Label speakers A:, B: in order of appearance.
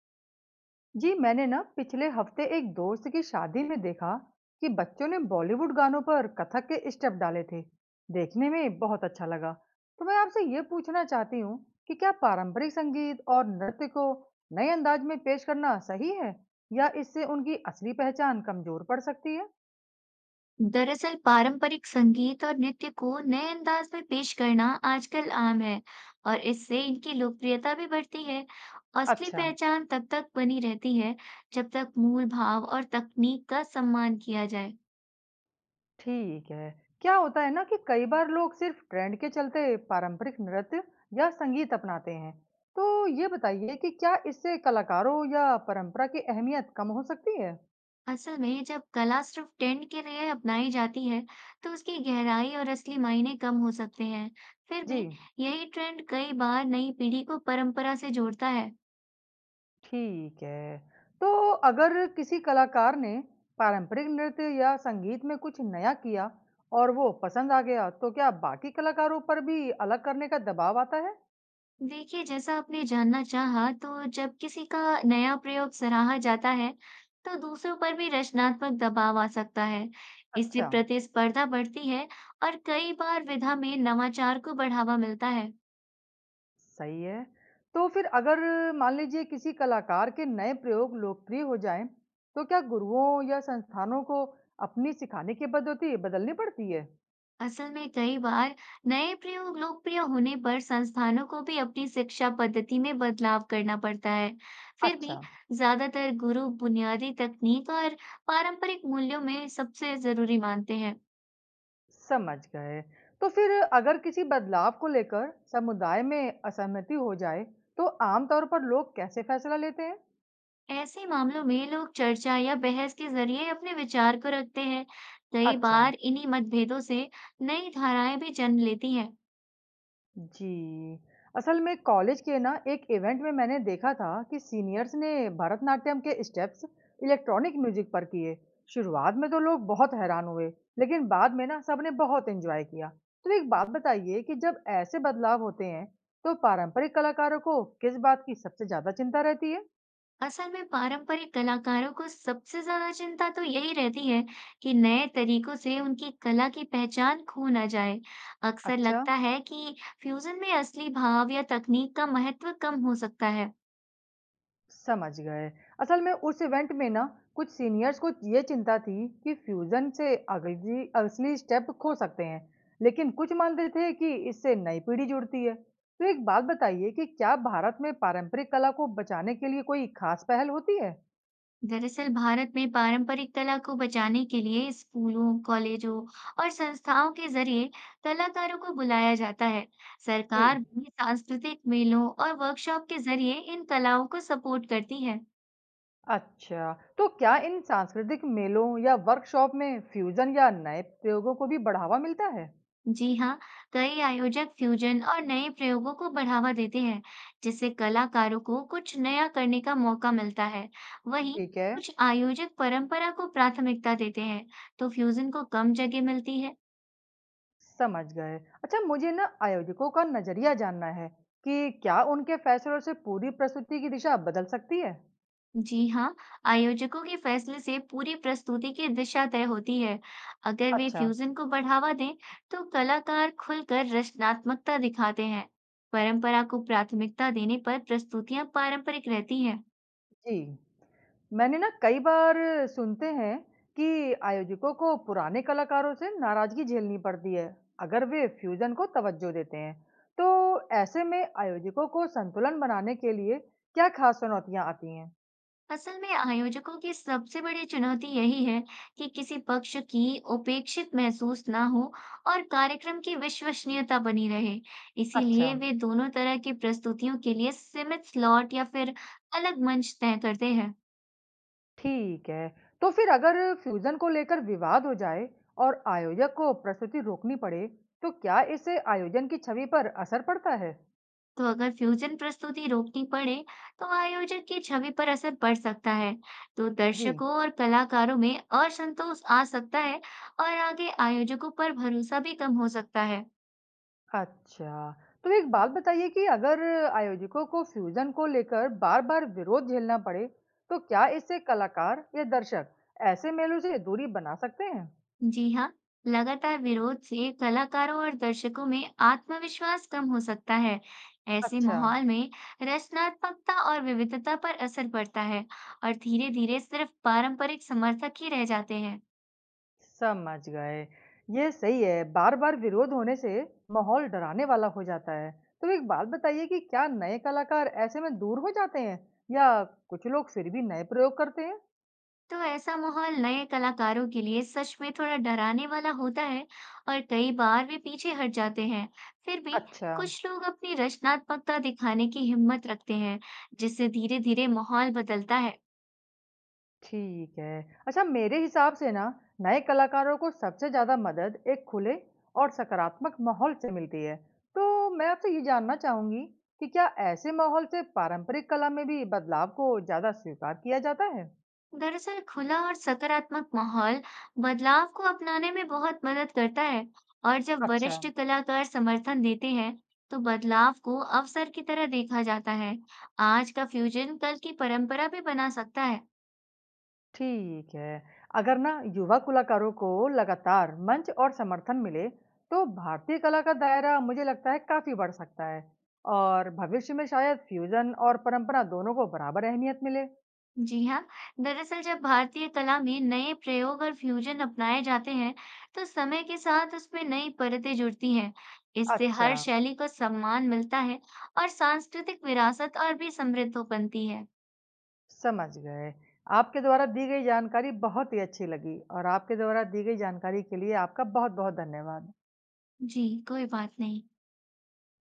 A: जी, मैंने ना पिछले हफ्ते एक दोस्त की शादी में देखा कि बच्चों ने बॉलीवुड गानों पर कथक के स्टेप डाले थे। देखने में बहुत अच्छा लगा। तो मैं आपसे ये पूछना चाहती हूँ कि क्या पारंपरिक संगीत और नृत्य को नए अंदाज में पेश करना सही है या इससे उनकी असली पहचान कमजोर पड़ सकती है।
B: दरअसल पारंपरिक संगीत और नृत्य को नए अंदाज में पेश करना आजकल आम है। और इससे इनकी लोकप्रियता भी बढ़ती है। असली
A: अच्छा।
B: पहचान तब तक बनी रहती है जब तक मूल भाव और तकनीक का सम्मान किया जाए।
A: ठीक है। क्या होता है ना कि कई बार लोग सिर्फ ट्रेंड के चलते पारंपरिक नृत्य या संगीत अपनाते हैं। तो ये बताइए कि क्या इससे कलाकारों या परंपरा की अहमियत कम हो सकती है?
B: असल में जब कला सिर्फ ट्रेंड के लिए अपनाई जाती है, तो उसकी गहराई और असली मायने कम हो सकते हैं। फिर
A: जी।
B: भी यही ट्रेंड कई बार नई पीढ़ी को परंपरा से जोड़ता है।
A: ठीक है। तो अगर किसी कलाकार ने पारंपरिक नृत्य या संगीत में कुछ नया किया और वो पसंद आ गया, तो क्या बाकी कलाकारों पर भी अलग करने का दबाव आता है?
B: देखिए, जैसा आपने जानना चाहा, तो जब किसी का नया प्रयोग सराहा जाता है, तो दूसरों पर भी रचनात्मक दबाव आ सकता है। इससे
A: अच्छा।
B: प्रतिस्पर्धा बढ़ती है और कई बार विधा में नवाचार को बढ़ावा मिलता है।
A: सही है। तो फिर अगर मान लीजिए किसी कलाकार के नए प्रयोग लोकप्रिय हो जाएँ, तो क्या गुरुओं या संस्थानों को अपनी सिखाने की पद्धति बदलनी पड़ती है?
B: असल में कई बार नए प्रयोग लोकप्रिय होने पर संस्थानों को भी अपनी शिक्षा पद्धति में बदलाव करना पड़ता है। फिर
A: अच्छा,
B: भी ज्यादातर गुरु बुनियादी तकनीक और पारंपरिक मूल्यों में सबसे जरूरी मानते हैं।
A: समझ गए। तो फिर अगर किसी बदलाव को लेकर समुदाय में असहमति हो जाए, तो आम तौर पर लोग कैसे फैसला लेते हैं?
B: ऐसे मामलों में लोग चर्चा या बहस के जरिए अपने विचार को रखते हैं। कई
A: अच्छा।
B: बार इन्हीं मतभेदों से नई धाराएं भी जन्म लेती हैं।
A: जी। असल में कॉलेज के ना एक इवेंट में मैंने देखा था कि सीनियर्स ने भरतनाट्यम के स्टेप्स इलेक्ट्रॉनिक म्यूजिक पर किए। शुरुआत में तो लोग बहुत हैरान हुए, लेकिन बाद में ना सबने बहुत एंजॉय किया। तो एक बात बताइए कि जब ऐसे बदलाव होते हैं, तो पारंपरिक कलाकारों को किस बात की सबसे ज़्यादा चिंता रहती है?
B: असल में पारंपरिक कलाकारों को सबसे ज्यादा चिंता तो यही रहती है कि नए तरीकों से उनकी कला की पहचान खो ना जाए। अक्सर
A: अच्छा।
B: लगता है कि फ्यूजन में असली भाव या तकनीक का महत्व कम हो सकता है।
A: समझ गए। असल में उस इवेंट में ना कुछ सीनियर्स को ये चिंता थी कि फ्यूजन से अगली असली स्टेप खो सकते हैं, लेकिन कुछ मानते थे कि इससे नई पीढ़ी जुड़ती है। तो एक बात बताइए कि क्या भारत में पारंपरिक कला को बचाने के लिए कोई खास पहल होती है?
B: दरअसल भारत में पारंपरिक कला को बचाने के लिए स्कूलों, कॉलेजों और संस्थाओं के जरिए कलाकारों को बुलाया जाता है।
A: जी।
B: सरकार भी सांस्कृतिक मेलों और वर्कशॉप के जरिए इन कलाओं को सपोर्ट करती है।
A: अच्छा, तो क्या इन सांस्कृतिक मेलों या वर्कशॉप में फ्यूजन या नए प्रयोगों को भी बढ़ावा मिलता है?
B: जी हाँ, कई आयोजक फ्यूजन और नए प्रयोगों को बढ़ावा देते हैं, जिससे कलाकारों को कुछ नया करने का मौका मिलता है। वहीं
A: ठीक है।
B: कुछ आयोजक परंपरा को प्राथमिकता देते हैं, तो फ्यूजन को कम जगह मिलती है।
A: समझ गए। अच्छा, मुझे ना आयोजकों का नज़रिया जानना है कि क्या उनके फैसलों से पूरी प्रस्तुति की दिशा बदल सकती है?
B: जी हाँ, आयोजकों के फैसले से पूरी प्रस्तुति की दिशा तय होती है। अगर वे
A: अच्छा।
B: फ्यूजन को बढ़ावा दें, तो कलाकार खुलकर रचनात्मकता दिखाते हैं। परंपरा को प्राथमिकता देने पर प्रस्तुतियां पारंपरिक रहती हैं।
A: जी। मैंने ना कई बार सुनते हैं कि आयोजकों को पुराने कलाकारों से नाराज़गी झेलनी पड़ती है, अगर वे फ्यूज़न को तवज्जो देते हैं। तो ऐसे में आयोजकों को संतुलन बनाने के लिए क्या खास चुनौतियाँ आती हैं?
B: असल में आयोजकों की सबसे बड़ी चुनौती यही है कि किसी पक्ष की उपेक्षित महसूस ना हो और कार्यक्रम की विश्वसनीयता बनी रहे।
A: अच्छा।
B: इसीलिए वे दोनों तरह की प्रस्तुतियों के लिए सीमित स्लॉट या फिर अलग मंच तय करते हैं।
A: ठीक है। तो फिर अगर फ्यूज़न को लेकर विवाद हो जाए और आयोजक को प्रस्तुति रोकनी पड़े, तो क्या इससे आयोजन की छवि पर असर पड़ता है?
B: तो अगर फ्यूजन प्रस्तुति रोकनी पड़े, तो आयोजन की छवि पर असर पड़ सकता है। तो
A: जी।
B: दर्शकों और कलाकारों में असंतोष आ सकता है और आगे आयोजकों पर भरोसा भी कम हो सकता है।
A: अच्छा। तो एक बात बताइए कि अगर आयोजकों को फ्यूज़न को लेकर बार-बार विरोध झेलना पड़े, तो क्या इससे कलाकार या दर्शक ऐसे मेलों से दूरी बना सकते हैं?
B: जी हाँ, लगातार विरोध से कलाकारों और दर्शकों में आत्मविश्वास कम हो सकता है। ऐसे
A: अच्छा।
B: माहौल में रचनात्मकता और विविधता पर असर पड़ता है और धीरे धीरे सिर्फ पारंपरिक समर्थक ही रह जाते हैं।
A: समझ गए। ये सही है, बार-बार विरोध होने से माहौल डराने वाला हो जाता है। तो एक बात बताइए कि क्या नए कलाकार ऐसे में दूर हो जाते हैं या कुछ लोग फिर भी नए प्रयोग करते हैं?
B: तो ऐसा माहौल नए कलाकारों के लिए सच में थोड़ा डराने वाला होता है और कई बार वे पीछे हट जाते हैं। फिर भी
A: अच्छा।
B: कुछ लोग अपनी रचनात्मकता दिखाने की हिम्मत रखते हैं, जिससे धीरे-धीरे माहौल बदलता है।
A: ठीक है। अच्छा, मेरे हिसाब से ना नए कलाकारों को सबसे ज्यादा मदद एक खुले और सकारात्मक माहौल से मिलती है। तो मैं आपसे ये जानना चाहूंगी कि क्या ऐसे माहौल से पारंपरिक कला में भी बदलाव को ज्यादा स्वीकार किया जाता है?
B: दरअसल खुला और सकारात्मक माहौल बदलाव को अपनाने में बहुत मदद करता है और जब
A: अच्छा।
B: वरिष्ठ कलाकार समर्थन देते हैं, तो बदलाव को अवसर की तरह देखा जाता है। आज का फ्यूजन कल की परंपरा भी बना सकता है।
A: ठीक है। अगर ना युवा कलाकारों को लगातार मंच और समर्थन मिले, तो भारतीय कला का दायरा मुझे लगता है काफ़ी बढ़ सकता है और भविष्य में शायद फ्यूज़न और परंपरा दोनों को बराबर अहमियत मिले।
B: जी हाँ, दरअसल जब भारतीय कला में नए प्रयोग और फ्यूजन अपनाए जाते हैं, तो समय के साथ उसमें नई परतें जुड़ती हैं। इससे
A: अच्छा,
B: हर शैली को सम्मान मिलता है और सांस्कृतिक विरासत और भी समृद्ध हो बनती है।
A: समझ गए। आपके द्वारा दी गई जानकारी बहुत ही अच्छी लगी और आपके द्वारा दी गई जानकारी के लिए आपका बहुत-बहुत धन्यवाद।
B: जी कोई बात नहीं।